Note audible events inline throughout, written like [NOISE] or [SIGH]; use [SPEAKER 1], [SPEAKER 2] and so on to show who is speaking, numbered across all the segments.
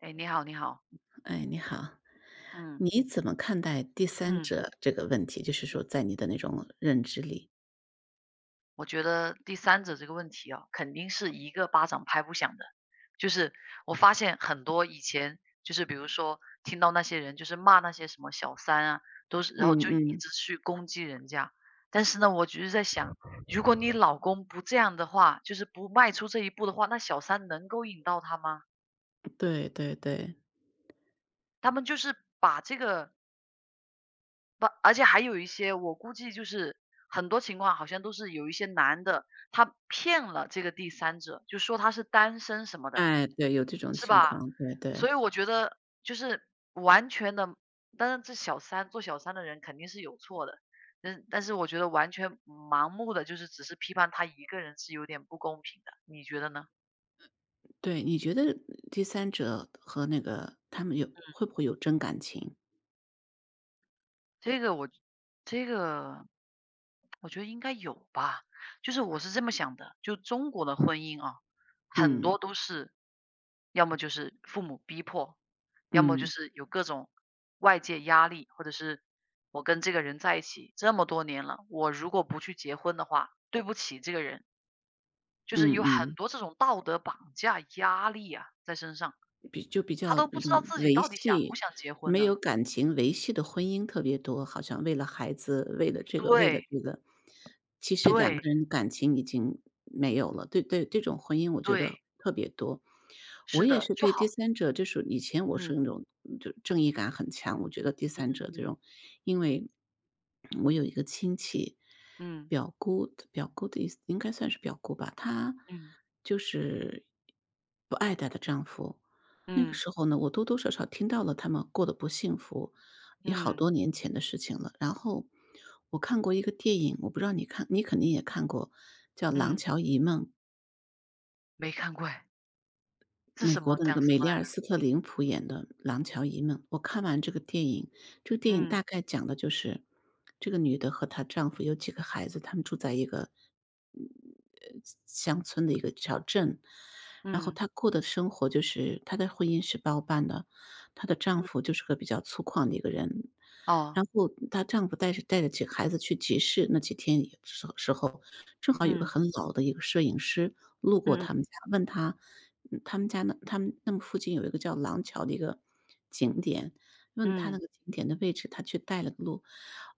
[SPEAKER 1] 哎，你好，你好，
[SPEAKER 2] 哎，你好。
[SPEAKER 1] 嗯
[SPEAKER 2] 你怎么看待第三
[SPEAKER 1] 嗯，
[SPEAKER 2] 者这个问题？就是说，在你的那种认知里，
[SPEAKER 1] 我觉得第三者这个问题啊，肯定是一个巴掌拍不响的。就是我发现很多以前，就是比如说听到那些人就是骂那些什么小三啊，都是然后
[SPEAKER 2] 嗯
[SPEAKER 1] 就一
[SPEAKER 2] 嗯。
[SPEAKER 1] 直去攻击人家。但是呢，我只是在想，如果你老公不这样的话，就是不迈出这一步的话，那小三能够引到他吗？
[SPEAKER 2] 对对对。
[SPEAKER 1] 他们就是把这个不，而且还有一些，我估计就是很多情况好像都是有一些男的，他骗了这个第三者，就说他是单身什么的，
[SPEAKER 2] 哎，对，有这种
[SPEAKER 1] 是
[SPEAKER 2] 情
[SPEAKER 1] 吧？
[SPEAKER 2] 况，对
[SPEAKER 1] 所
[SPEAKER 2] 对
[SPEAKER 1] 以我觉得就是完全的，当然这小三做小三的人肯定是有错的，但是我觉得完全盲目的就是只是批判他一个人是有点不公平的，你觉得呢？
[SPEAKER 2] 对。你觉得第三者和那个他们会不会有真感情？
[SPEAKER 1] 这个我这个我觉得应该有吧。就是我是这么想的，就中国的婚姻啊，很
[SPEAKER 2] 嗯
[SPEAKER 1] 多都是要么就是父母逼迫，要么就
[SPEAKER 2] 嗯。
[SPEAKER 1] 是有各种外界压力，或者是我跟这个人在一起这么多年了，我如果不去结婚的话，对不起这个人，就是
[SPEAKER 2] 嗯
[SPEAKER 1] 有很
[SPEAKER 2] 嗯。
[SPEAKER 1] 多这种道德绑架压力啊在身上，
[SPEAKER 2] 比就比
[SPEAKER 1] 他
[SPEAKER 2] 较
[SPEAKER 1] 都不
[SPEAKER 2] 那
[SPEAKER 1] 知
[SPEAKER 2] 种
[SPEAKER 1] 道自己
[SPEAKER 2] 维
[SPEAKER 1] 到底想不
[SPEAKER 2] 系
[SPEAKER 1] 想结婚
[SPEAKER 2] 没
[SPEAKER 1] 呢？
[SPEAKER 2] 有感情维系的婚姻特别多，好像为了孩子，为了这个，为
[SPEAKER 1] 对
[SPEAKER 2] 了这个，其实两个
[SPEAKER 1] 对
[SPEAKER 2] 人感情已经没有了。对对，这种婚姻我觉
[SPEAKER 1] 对，
[SPEAKER 2] 得特别多。我
[SPEAKER 1] 是
[SPEAKER 2] 也
[SPEAKER 1] 的，
[SPEAKER 2] 是对第三者，就是以前我是
[SPEAKER 1] 嗯
[SPEAKER 2] 那种就正义感很强，我觉得第三者这种，
[SPEAKER 1] 嗯
[SPEAKER 2] 因为我有一个亲戚，
[SPEAKER 1] 嗯
[SPEAKER 2] 表姑，表姑的意思应该算是表姑吧，她
[SPEAKER 1] 嗯
[SPEAKER 2] 就是不爱她的丈夫。那个
[SPEAKER 1] 嗯
[SPEAKER 2] 时候呢，我多多少少听到了他们过得不幸福，也好
[SPEAKER 1] 嗯
[SPEAKER 2] 多年前的事情了。然后我看过一个电影，我不知道你肯定也看过，叫《廊
[SPEAKER 1] 嗯，
[SPEAKER 2] 桥遗梦》。
[SPEAKER 1] 没看过哎，是
[SPEAKER 2] 美
[SPEAKER 1] 什
[SPEAKER 2] 国
[SPEAKER 1] 么？
[SPEAKER 2] 的那个
[SPEAKER 1] 讲什
[SPEAKER 2] 梅
[SPEAKER 1] 么
[SPEAKER 2] 丽尔·
[SPEAKER 1] 来？
[SPEAKER 2] 斯特林普演的《廊桥遗梦》，我看完这个电影，这个电影
[SPEAKER 1] 嗯
[SPEAKER 2] 大概讲的就是这个女的和她丈夫有几个孩子，他们住在一个嗯呃乡村的一个小镇。然后
[SPEAKER 1] 嗯
[SPEAKER 2] 她过的生活就是她的婚姻是包办的，她的丈
[SPEAKER 1] 嗯，
[SPEAKER 2] 夫就是个比较粗犷的一个人。
[SPEAKER 1] 哦，
[SPEAKER 2] 然后她丈夫带着几个孩子去集市，那几天也时候，正好有个
[SPEAKER 1] 嗯
[SPEAKER 2] 很老的一个摄影师路过
[SPEAKER 1] 嗯
[SPEAKER 2] 他们家，问他，他们家那他们那么附近有一个叫廊桥的一个景点，问他那
[SPEAKER 1] 嗯
[SPEAKER 2] 个景点的位置，他去带了个路。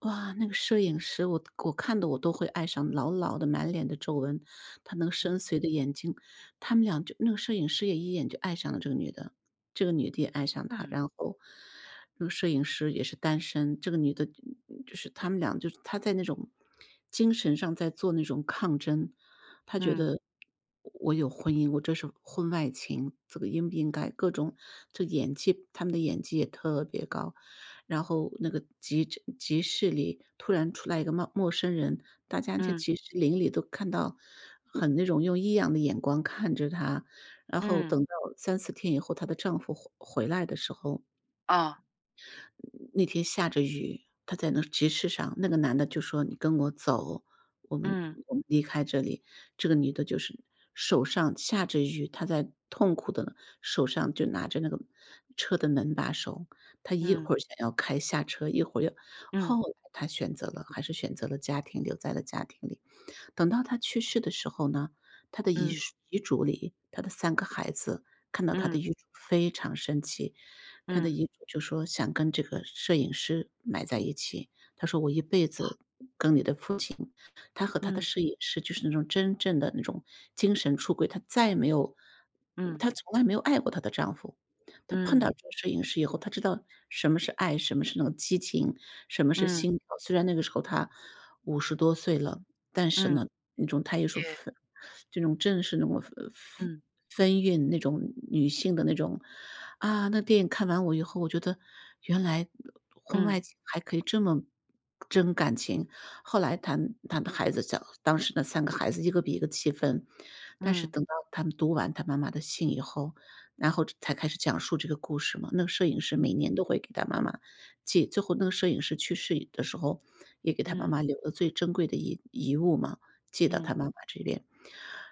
[SPEAKER 2] 哇，那个摄影师，我看的我都会爱上，老老的满脸的皱纹，他那个深邃
[SPEAKER 1] 嗯
[SPEAKER 2] 的眼睛。他们俩就那个摄影师也一眼就爱上了这个女的，这个女的也爱上他。
[SPEAKER 1] 嗯
[SPEAKER 2] 然后那个摄影师也是单身，这个女的就是他们俩就是她在那种精神上在做那种抗争。她觉
[SPEAKER 1] 嗯
[SPEAKER 2] 得我有婚姻，我这是婚外情，这个应不应该？各种这演技，他们的演技也特别高。然后那个集市里突然出来一个陌生人，大家在
[SPEAKER 1] 嗯
[SPEAKER 2] 集市邻里都看到，很那种用异样的眼光看着她。然后
[SPEAKER 1] 嗯，
[SPEAKER 2] 等到三四天以后，她的丈夫回来的时候，
[SPEAKER 1] 哦，
[SPEAKER 2] 那天下着雨，他在那集市上，那个男的就说：“你跟我走，我们
[SPEAKER 1] 嗯
[SPEAKER 2] 我们离开这里。”这个女的就是手上下着雨，她在痛苦的，手上就拿着那个车的门把手，她一
[SPEAKER 1] 嗯
[SPEAKER 2] 会儿想要开下车，一会儿又后
[SPEAKER 1] 嗯
[SPEAKER 2] 来她选择了还是选择了家庭，留在了家庭里。等到他去世的时候呢，他的
[SPEAKER 1] 嗯
[SPEAKER 2] 遗嘱里，他的三个孩子看到他的
[SPEAKER 1] 嗯
[SPEAKER 2] 遗嘱非常生气。他的
[SPEAKER 1] 嗯
[SPEAKER 2] 遗嘱就说想跟这个摄影师埋在一起。他说：“我一辈子跟你的父亲。”他和他的
[SPEAKER 1] 嗯
[SPEAKER 2] 摄影师就是那种真正的那种精神出轨。他再也没有
[SPEAKER 1] 嗯
[SPEAKER 2] 他从来没有爱过她的丈夫。她碰到
[SPEAKER 1] 嗯
[SPEAKER 2] 这个摄影师以后，她知道什么是爱，什么是那种激情，什么是
[SPEAKER 1] 嗯
[SPEAKER 2] 心流。虽然那个时候他五十多岁了，但是
[SPEAKER 1] 嗯，
[SPEAKER 2] 呢，那种她也说
[SPEAKER 1] 也
[SPEAKER 2] 分这种正是那种分分
[SPEAKER 1] 嗯
[SPEAKER 2] 分韵，那种女性的那种啊，那电影看完我以后，我觉得原来婚外
[SPEAKER 1] 嗯
[SPEAKER 2] 情还可以这么真感情。后来谈的孩子小当时那三个孩子一个比一个气愤，但是
[SPEAKER 1] 嗯
[SPEAKER 2] 等到他们读完他妈妈的信以后，然后才开始讲述这个故事嘛。那个摄影师每年都会给他妈妈记，最后那个摄影师去世的时候，也给他妈
[SPEAKER 1] 嗯
[SPEAKER 2] 妈留了最珍贵的遗物嘛，寄到他
[SPEAKER 1] 嗯
[SPEAKER 2] 妈妈这边。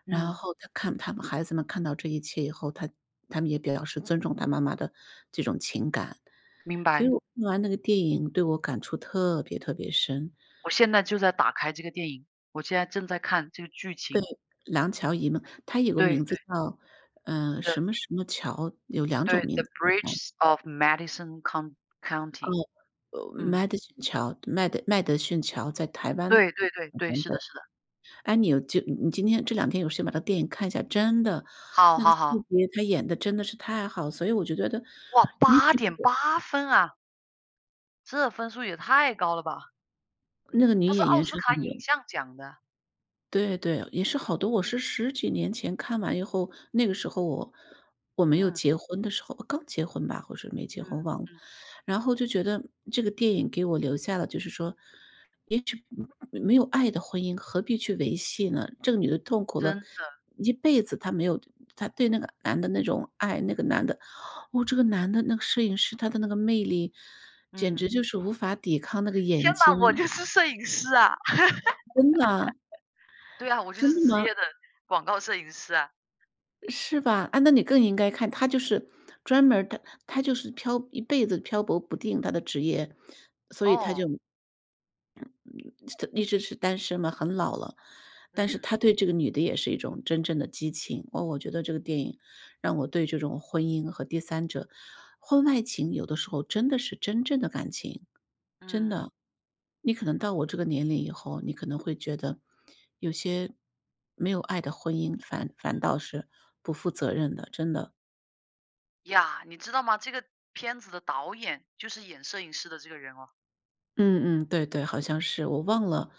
[SPEAKER 2] 然
[SPEAKER 1] 嗯，
[SPEAKER 2] 后他们孩子们看到这一切以后，他们也表示尊重他妈妈的这种情感。
[SPEAKER 1] 明
[SPEAKER 2] 所以
[SPEAKER 1] 白。
[SPEAKER 2] 我看完那个电影对我感触特别特别深，
[SPEAKER 1] 我现在就在打开这个电影，我现在正在看这个剧情，
[SPEAKER 2] 《廊桥遗梦》，它有个
[SPEAKER 1] 对
[SPEAKER 2] 名字
[SPEAKER 1] 对
[SPEAKER 2] 叫，什
[SPEAKER 1] 对。
[SPEAKER 2] 么什么桥，有两种
[SPEAKER 1] 对
[SPEAKER 2] 名
[SPEAKER 1] ，The
[SPEAKER 2] 字好像。
[SPEAKER 1] Bridges of Madison Coun
[SPEAKER 2] 哦，
[SPEAKER 1] County，嗯，
[SPEAKER 2] 麦德逊桥，麦德逊桥在台湾
[SPEAKER 1] 对对对对，是的
[SPEAKER 2] 北。
[SPEAKER 1] 是的，
[SPEAKER 2] 哎，你有就你今天这两天有时间把这个电影看一下，真的，
[SPEAKER 1] 好
[SPEAKER 2] 那个
[SPEAKER 1] 好
[SPEAKER 2] 细
[SPEAKER 1] 好，
[SPEAKER 2] 节他演的真的是太好，所以我就觉得，
[SPEAKER 1] 哇
[SPEAKER 2] 也
[SPEAKER 1] 八
[SPEAKER 2] 许那
[SPEAKER 1] 点
[SPEAKER 2] 个
[SPEAKER 1] 八分啊，这分数也太高了吧，
[SPEAKER 2] 女
[SPEAKER 1] 它是
[SPEAKER 2] 演
[SPEAKER 1] 奥
[SPEAKER 2] 员
[SPEAKER 1] 斯
[SPEAKER 2] 是
[SPEAKER 1] 卡
[SPEAKER 2] 很有
[SPEAKER 1] 影像奖的，
[SPEAKER 2] 对对，也是好多我是十几年前看完以后，那个时候我没有
[SPEAKER 1] 嗯
[SPEAKER 2] 结婚的时候，刚结婚吧，或者没结
[SPEAKER 1] 嗯
[SPEAKER 2] 婚忘了。
[SPEAKER 1] 嗯，
[SPEAKER 2] 然后就觉得这个电影给我留下了，就是说，也许没有爱的婚姻何必去维系呢？这个女的痛苦
[SPEAKER 1] 真
[SPEAKER 2] 了
[SPEAKER 1] 的，
[SPEAKER 2] 一辈子，她没有她对那个男的那种爱，那个男的哦，这个男的那个摄影师他的那个魅力，简直
[SPEAKER 1] 嗯，
[SPEAKER 2] 就是无法抵抗那个眼
[SPEAKER 1] 天呐，我
[SPEAKER 2] 睛。
[SPEAKER 1] 就是摄影师啊，[LAUGHS]
[SPEAKER 2] 真的啊。
[SPEAKER 1] 对啊，我就
[SPEAKER 2] 真
[SPEAKER 1] 是
[SPEAKER 2] 的
[SPEAKER 1] 职
[SPEAKER 2] 吗？
[SPEAKER 1] 业的广告摄影师啊，
[SPEAKER 2] 是吧？啊，那你更应该看。他就是专门儿他就是漂一辈子漂泊不定他的职业。所以他就
[SPEAKER 1] 哦，
[SPEAKER 2] 他一直是单身嘛，很老了。但是
[SPEAKER 1] 嗯
[SPEAKER 2] 他对这个女的也是一种真正的激情。哦，我觉得这个电影让我对这种婚姻和第三者、婚外情，有的时候真的是真正的感情，真
[SPEAKER 1] 嗯
[SPEAKER 2] 的。你可能到我这个年龄以后，你可能会觉得有些没有爱的婚姻反
[SPEAKER 1] 嗯，
[SPEAKER 2] 反倒是不负责任的，真的。
[SPEAKER 1] 呀，你知道吗？这个片子的导演就是演摄影师的这个人哦，
[SPEAKER 2] 嗯嗯。对对，好像是。我忘了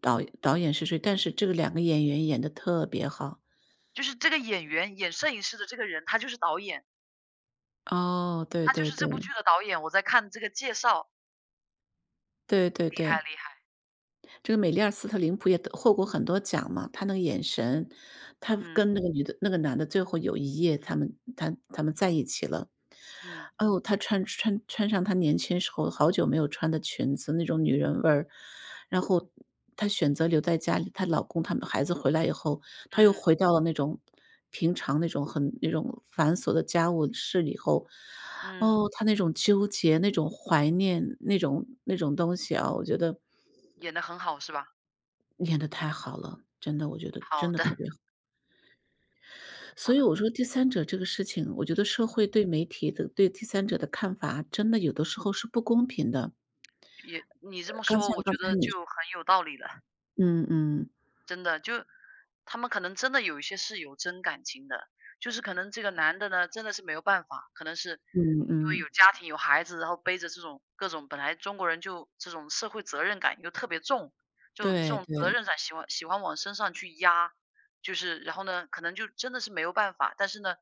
[SPEAKER 2] 导演是谁，但是这个两个演员演的特别好。
[SPEAKER 1] 就是这个演员演摄影师的这个人，他就是导演。
[SPEAKER 2] 哦，对
[SPEAKER 1] 他就
[SPEAKER 2] 对
[SPEAKER 1] 是
[SPEAKER 2] 对。
[SPEAKER 1] 这部剧的导演，我在看这个介绍，
[SPEAKER 2] 对对
[SPEAKER 1] 厉
[SPEAKER 2] 对。
[SPEAKER 1] 害厉害，
[SPEAKER 2] 这个美利尔·斯特林普也得获过很多奖嘛，她那个眼神，她
[SPEAKER 1] 嗯
[SPEAKER 2] 跟那个女的那个男的最后有一夜他们他们在一起了。
[SPEAKER 1] 嗯
[SPEAKER 2] 哦，呦，她穿上她年轻时候好久没有穿的裙子，那种女人味儿。然后她选择留在家里，她老公他们孩子回来以后，她又
[SPEAKER 1] 嗯
[SPEAKER 2] 回到了那种平常那种很那种繁琐的家务事以后，
[SPEAKER 1] 嗯，
[SPEAKER 2] 哦，她那种纠结、那种怀念、那种东西啊，我觉得
[SPEAKER 1] 演的很好是吧？
[SPEAKER 2] 演得太好了，真的，我觉得真
[SPEAKER 1] 好
[SPEAKER 2] 的特
[SPEAKER 1] 的
[SPEAKER 2] 别好。所
[SPEAKER 1] 好
[SPEAKER 2] 以
[SPEAKER 1] 的，
[SPEAKER 2] 我说第三者这个事情，我觉得社会对媒体的对第三者的看法，真的有的时候是不公平的。
[SPEAKER 1] 也你这么
[SPEAKER 2] 刚才，
[SPEAKER 1] 说，我
[SPEAKER 2] 刚
[SPEAKER 1] 觉
[SPEAKER 2] 才
[SPEAKER 1] 得
[SPEAKER 2] 你
[SPEAKER 1] 就很有道理了。
[SPEAKER 2] 嗯嗯。
[SPEAKER 1] 真的，就他们可能真的有一些是有真感情的，就是可能这个男的呢，真的是没有办法，可能是
[SPEAKER 2] 嗯嗯。
[SPEAKER 1] 因为
[SPEAKER 2] 嗯
[SPEAKER 1] 有家庭有孩子，然后背着这种各种本来中国人就这种社会责任感又特别重，就这
[SPEAKER 2] 对
[SPEAKER 1] 种责
[SPEAKER 2] 对。
[SPEAKER 1] 任感喜欢往身上去压，就是然后呢，可能就真的是没有办法，但是呢，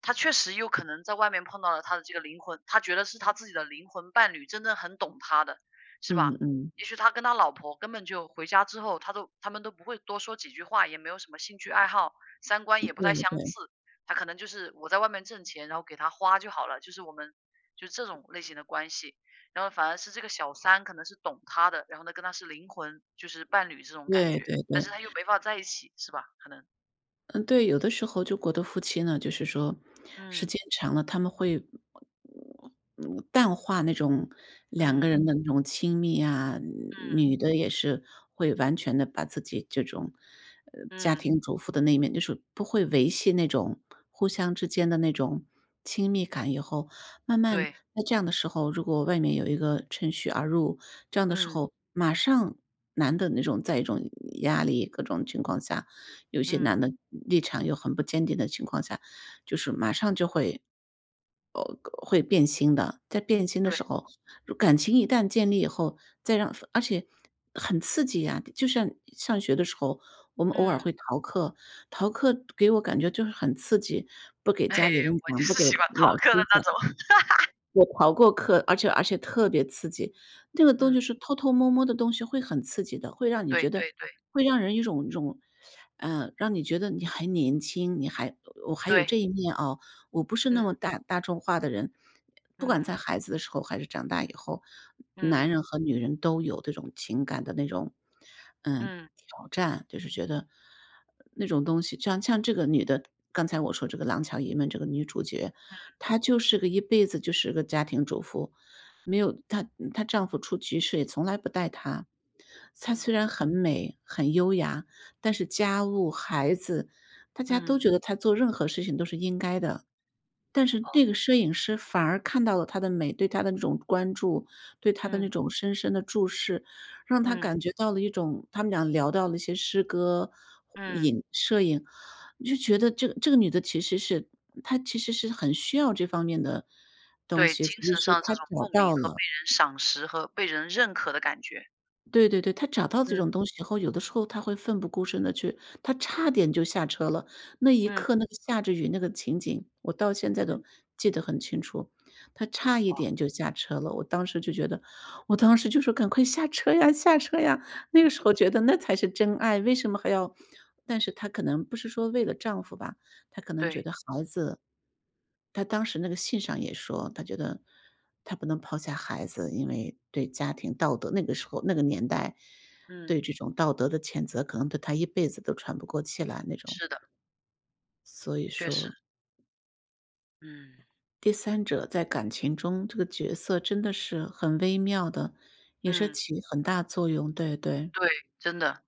[SPEAKER 1] 他确实有可能在外面碰到了他的这个灵魂，他觉得是他自己的灵魂伴侣，真的很懂他的，是吧？
[SPEAKER 2] 嗯嗯。
[SPEAKER 1] 也许他跟他老婆根本就回家之后，他们都不会多说几句话，也没有什么兴趣爱好，三观也不太
[SPEAKER 2] 对
[SPEAKER 1] 相
[SPEAKER 2] 对。
[SPEAKER 1] 似。他可能就是我在外面挣钱，然后给他花就好了，就是我们就这种类型的关系。然后反而是这个小三可能是懂他的，然后呢跟他是灵魂，就是伴侣这种感
[SPEAKER 2] 对
[SPEAKER 1] 觉，
[SPEAKER 2] 对对。
[SPEAKER 1] 但是他又没法在一起，是吧？可能，
[SPEAKER 2] 嗯，对，有的时候就国的夫妻呢，就是说时
[SPEAKER 1] 嗯
[SPEAKER 2] 间长了，他们会嗯淡化那种两个
[SPEAKER 1] 嗯
[SPEAKER 2] 人的那种亲密啊，
[SPEAKER 1] 嗯
[SPEAKER 2] 女的也是会完全的把自己这种，家
[SPEAKER 1] 嗯，
[SPEAKER 2] 庭主妇的那一面，就是不会维系那种互相之间的那种亲密感以后，慢慢
[SPEAKER 1] 对，
[SPEAKER 2] 在这样的时候，如果外面有一个趁虚而入，这样的时
[SPEAKER 1] 嗯
[SPEAKER 2] 候，马上男的那种在一种压力，各种情况下，有些男
[SPEAKER 1] 嗯
[SPEAKER 2] 的立场又很不坚定的情况下，就是马上就会会变心的。在变心的
[SPEAKER 1] 对，
[SPEAKER 2] 时候，感情一旦建立以后，再让而且很刺激呀，就像上学的时候，我们偶尔
[SPEAKER 1] 嗯，
[SPEAKER 2] 会逃课。逃课给我感觉就是很刺激，不给
[SPEAKER 1] [LAUGHS] 哎，
[SPEAKER 2] 家里人
[SPEAKER 1] 我就
[SPEAKER 2] 讲，不
[SPEAKER 1] 是
[SPEAKER 2] 给
[SPEAKER 1] 喜欢逃
[SPEAKER 2] 老
[SPEAKER 1] 课
[SPEAKER 2] 师
[SPEAKER 1] 的那
[SPEAKER 2] 讲。
[SPEAKER 1] 种，[LAUGHS]
[SPEAKER 2] 我逃过课，而且特别刺激。那个东
[SPEAKER 1] 嗯，
[SPEAKER 2] 西是偷偷摸摸的东西，会很刺激的，会让你
[SPEAKER 1] 对
[SPEAKER 2] 觉得
[SPEAKER 1] 对对
[SPEAKER 2] 会让人一种，嗯，让你觉得你还年轻，你还我还有
[SPEAKER 1] 对，
[SPEAKER 2] 这一面哦，我不是那
[SPEAKER 1] 嗯。
[SPEAKER 2] 么大大众化的人。不管
[SPEAKER 1] 嗯，
[SPEAKER 2] 在孩子的时候还是长大以后，男
[SPEAKER 1] 嗯，
[SPEAKER 2] 人和女人都有这种情感的那种，嗯，
[SPEAKER 1] 嗯，
[SPEAKER 2] 挑战，就是觉得那种东西，像这个女的，刚才我说这个《廊桥遗梦》这个女主角，她就是个一辈子就是个家庭主妇，没有她她丈夫出局势也从来不带她。她虽
[SPEAKER 1] 嗯，
[SPEAKER 2] 然很美、很优雅，但是家务、孩子，大家都
[SPEAKER 1] 嗯，
[SPEAKER 2] 觉得她做任何事情都是应该的。但是
[SPEAKER 1] 哦，
[SPEAKER 2] 那个摄影师反而看到了她的美，对她的那种关注，对他的那
[SPEAKER 1] 嗯，
[SPEAKER 2] 种深深的注视，让他
[SPEAKER 1] 嗯，
[SPEAKER 2] 感觉到了一种他们俩聊到了一些诗歌、
[SPEAKER 1] 嗯，
[SPEAKER 2] 影摄影，你就觉得这个女的其实是她其实是很需要这方面的东
[SPEAKER 1] 对，
[SPEAKER 2] 西，所
[SPEAKER 1] 精
[SPEAKER 2] 以
[SPEAKER 1] 神
[SPEAKER 2] 说
[SPEAKER 1] 上这
[SPEAKER 2] 她
[SPEAKER 1] 种
[SPEAKER 2] 找
[SPEAKER 1] 共鸣
[SPEAKER 2] 到
[SPEAKER 1] 和被
[SPEAKER 2] 了。
[SPEAKER 1] 人赏识和被人认可的感觉。
[SPEAKER 2] 对对对，他找到这
[SPEAKER 1] 嗯，
[SPEAKER 2] 种东西以后，有的时候他会奋不顾身地去他差点就下车了，那一
[SPEAKER 1] 嗯，
[SPEAKER 2] 刻那个下着雨那个情景，我到现在都
[SPEAKER 1] 嗯，
[SPEAKER 2] 记得很清楚。他差一
[SPEAKER 1] 哦，
[SPEAKER 2] 点就下车了，我当时就觉得我当时就说："赶快下车呀，下车呀！"那个时候觉得那才是真爱，为什么还要但是她可能不是说为了丈夫吧，她可能觉
[SPEAKER 1] 对，
[SPEAKER 2] 得孩子他当时那个信上也说，他觉得他不能抛下孩子，因为对家庭道德那个时候那个年代，
[SPEAKER 1] 嗯，
[SPEAKER 2] 对这种道德的谴责，可能对他一辈子都喘不过气来那种。
[SPEAKER 1] 是的，
[SPEAKER 2] 所以
[SPEAKER 1] 确实，
[SPEAKER 2] 说，
[SPEAKER 1] 嗯，
[SPEAKER 2] 第三者在感情中这个角色真的是很微妙的，也是
[SPEAKER 1] 嗯，
[SPEAKER 2] 起很大作用，对对。
[SPEAKER 1] 对，真的，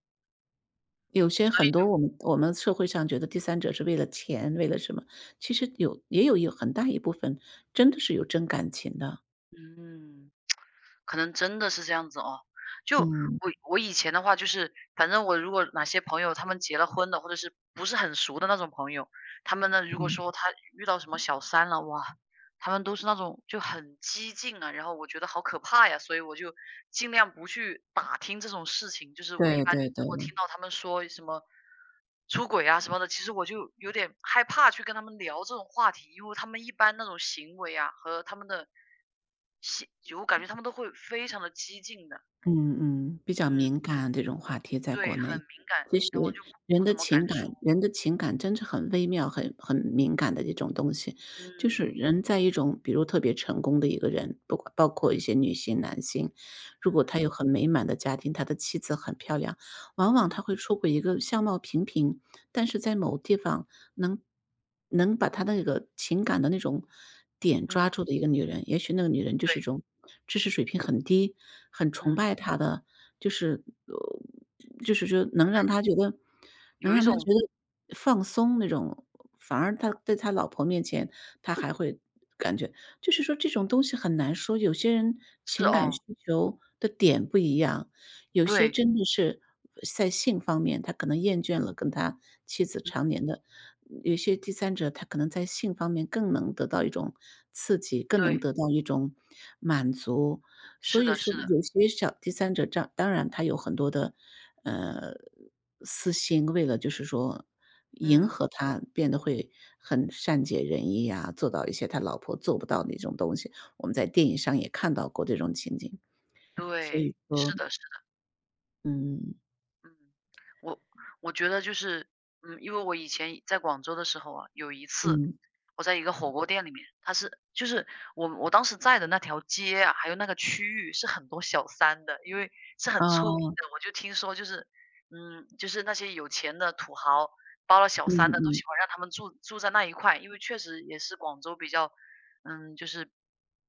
[SPEAKER 2] 有些
[SPEAKER 1] 所
[SPEAKER 2] 很多我们社会上觉得第三者是为了钱，为了什么，其实有也有一很大一部分真的是有真感情的，
[SPEAKER 1] 以，嗯，可能真的是这样子哦。就
[SPEAKER 2] 嗯，
[SPEAKER 1] 我以前的话，就是反正我如果哪些朋友他们结了婚的，或者是不是很熟的那种朋友，他们呢如果
[SPEAKER 2] 嗯。
[SPEAKER 1] 说他遇到什么小三了，哇，他们都是那种就很激进啊，然后我觉得好可怕呀，所以我就尽量不去打听这种事情。就是我一
[SPEAKER 2] 对
[SPEAKER 1] 般
[SPEAKER 2] 对
[SPEAKER 1] 如果
[SPEAKER 2] 对，
[SPEAKER 1] 听到他们说什么出轨啊什么的，其实我就有点害怕去跟他们聊这种话题，因为他们一般那种行为啊和他们的行，就我感觉他们都会非常的激进的，
[SPEAKER 2] 嗯嗯，比较
[SPEAKER 1] 嗯，
[SPEAKER 2] 敏感这种话题在国
[SPEAKER 1] 对，很
[SPEAKER 2] 内。
[SPEAKER 1] 敏感，
[SPEAKER 2] 其实
[SPEAKER 1] 然后我就不
[SPEAKER 2] 人
[SPEAKER 1] 不
[SPEAKER 2] 的
[SPEAKER 1] 怎么敢
[SPEAKER 2] 情感
[SPEAKER 1] 说，
[SPEAKER 2] 人的情感真是很微妙、很敏感的一种东西。就是
[SPEAKER 1] 嗯
[SPEAKER 2] 人在一种比如特别成功的一个人，不管包括一些
[SPEAKER 1] 嗯
[SPEAKER 2] 女性、男性，如果
[SPEAKER 1] 嗯
[SPEAKER 2] 他有很美满的家庭，他的妻子很漂亮，往往他
[SPEAKER 1] 嗯
[SPEAKER 2] 会出轨一个相貌平平，但是在某地方能能把他那个情感的那种点抓
[SPEAKER 1] 嗯，
[SPEAKER 2] 住的一个女人，也许那个女人就
[SPEAKER 1] 对，
[SPEAKER 2] 是一种知识水平很低，很崇
[SPEAKER 1] 嗯，
[SPEAKER 2] 拜他的，就是就是说能让他觉得能
[SPEAKER 1] 有一
[SPEAKER 2] 让他觉
[SPEAKER 1] 种
[SPEAKER 2] 得放松那种，反而他在他老婆面前，他还会感觉就是说这种东西很难说，有些人
[SPEAKER 1] 是
[SPEAKER 2] 情感
[SPEAKER 1] 哦，
[SPEAKER 2] 需求的点不一样。有些
[SPEAKER 1] 对，
[SPEAKER 2] 真的是在性方面，他可能厌倦了跟他妻子
[SPEAKER 1] 嗯
[SPEAKER 2] 常年的嗯有些第三者他可能在性方面更能得到一种刺激，更
[SPEAKER 1] 对。
[SPEAKER 2] 能得到一种满足。所
[SPEAKER 1] 是
[SPEAKER 2] 以
[SPEAKER 1] 的
[SPEAKER 2] 说
[SPEAKER 1] 是的，
[SPEAKER 2] 有些小第三者这当然他有很多的，呃，私心，为了就是说迎
[SPEAKER 1] 嗯，
[SPEAKER 2] 合他，变得会很善解人意呀，做到一些他老婆做不到的一种东西，我们在电影上也看到过这种情景。所
[SPEAKER 1] 对，
[SPEAKER 2] 以
[SPEAKER 1] 是
[SPEAKER 2] 说，
[SPEAKER 1] 的是的
[SPEAKER 2] 嗯
[SPEAKER 1] 嗯，我我觉得就是，嗯，因为我以前在广州的时候啊，有一次
[SPEAKER 2] 嗯，
[SPEAKER 1] 我在一个火锅店里面，就是我当时在的那条街啊，还有那个区域是很多小三的，因为是
[SPEAKER 2] 啊，
[SPEAKER 1] 很出名的。我就听说就是，嗯，就是那些有钱的土豪包了小
[SPEAKER 2] 嗯
[SPEAKER 1] 三的，都
[SPEAKER 2] 嗯，
[SPEAKER 1] 喜欢让他们住在那一块，因为确实也是广州比较，嗯，就是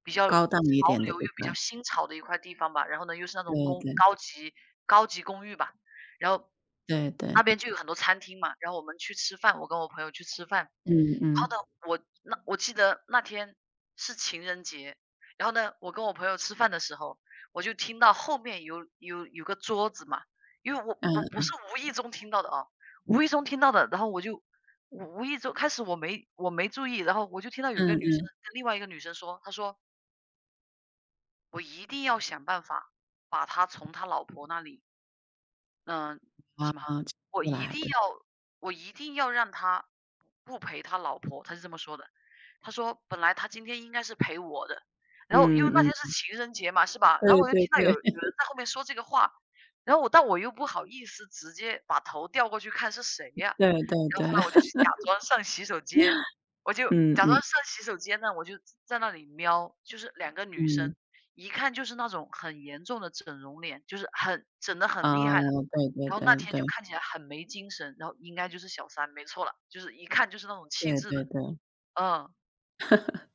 [SPEAKER 1] 比较潮
[SPEAKER 2] 高档一点的
[SPEAKER 1] 流又
[SPEAKER 2] 地
[SPEAKER 1] 比较
[SPEAKER 2] 方，
[SPEAKER 1] 新潮的一块地方吧。然后呢，又是那
[SPEAKER 2] 对
[SPEAKER 1] 种公
[SPEAKER 2] 对，
[SPEAKER 1] 高级高级公寓吧。然后
[SPEAKER 2] 对对，
[SPEAKER 1] 那边就有很多餐厅嘛，然后我们去吃饭，我跟我朋友去吃饭。然
[SPEAKER 2] 嗯嗯，
[SPEAKER 1] 后呢，我记得那天是情人节，然后呢，我跟我朋友吃饭的时候，我就听到后面有个桌子嘛，因为我不
[SPEAKER 2] 嗯
[SPEAKER 1] 是无意中听到的啊，无意中听到的，然后我就无意中开始我没注意，然后我就听到有一个
[SPEAKER 2] 嗯
[SPEAKER 1] 女生
[SPEAKER 2] 嗯，
[SPEAKER 1] 跟另外一个女生说，她说我一定要想办法把她从她老婆那里嗯，什么？
[SPEAKER 2] 哦，吃
[SPEAKER 1] 我
[SPEAKER 2] 不
[SPEAKER 1] 一
[SPEAKER 2] 来
[SPEAKER 1] 定
[SPEAKER 2] 的，
[SPEAKER 1] 要我一定要让他不陪他老婆，他是这么说的。他说本来他今天应该是陪我的，然后因为那
[SPEAKER 2] 嗯
[SPEAKER 1] 天
[SPEAKER 2] 嗯，
[SPEAKER 1] 是情人节嘛，是吧？然
[SPEAKER 2] 对
[SPEAKER 1] 后我就
[SPEAKER 2] 对
[SPEAKER 1] 听到有
[SPEAKER 2] 对
[SPEAKER 1] 有人在后面说这个话，然后但我又不好意思直接把头调过去看是谁呀、
[SPEAKER 2] [LAUGHS]，对对
[SPEAKER 1] 然后
[SPEAKER 2] 对，
[SPEAKER 1] 后来我就去假装上洗手间，我
[SPEAKER 2] [LAUGHS]
[SPEAKER 1] 就
[SPEAKER 2] 嗯
[SPEAKER 1] 假装
[SPEAKER 2] 嗯
[SPEAKER 1] 上洗手间呢，我就在那里瞄，就是两个女生，
[SPEAKER 2] 嗯，
[SPEAKER 1] 一看就是那种很严重的整容脸，就是很整得
[SPEAKER 2] 哦，
[SPEAKER 1] 很厉害的。
[SPEAKER 2] 对对
[SPEAKER 1] 然后那
[SPEAKER 2] 对
[SPEAKER 1] 天
[SPEAKER 2] 对
[SPEAKER 1] 就
[SPEAKER 2] 嗯嗯嗯嗯嗯啊吃不来的嗯嗯对对对 [LAUGHS] 对对对
[SPEAKER 1] 看起
[SPEAKER 2] [LAUGHS]
[SPEAKER 1] 来很没精神，然后应该就是小三，没错了，就是一看就是那种
[SPEAKER 2] 嗯嗯
[SPEAKER 1] 气
[SPEAKER 2] 嗯啊，
[SPEAKER 1] 质的，
[SPEAKER 2] 对对对对对对对
[SPEAKER 1] 嗯。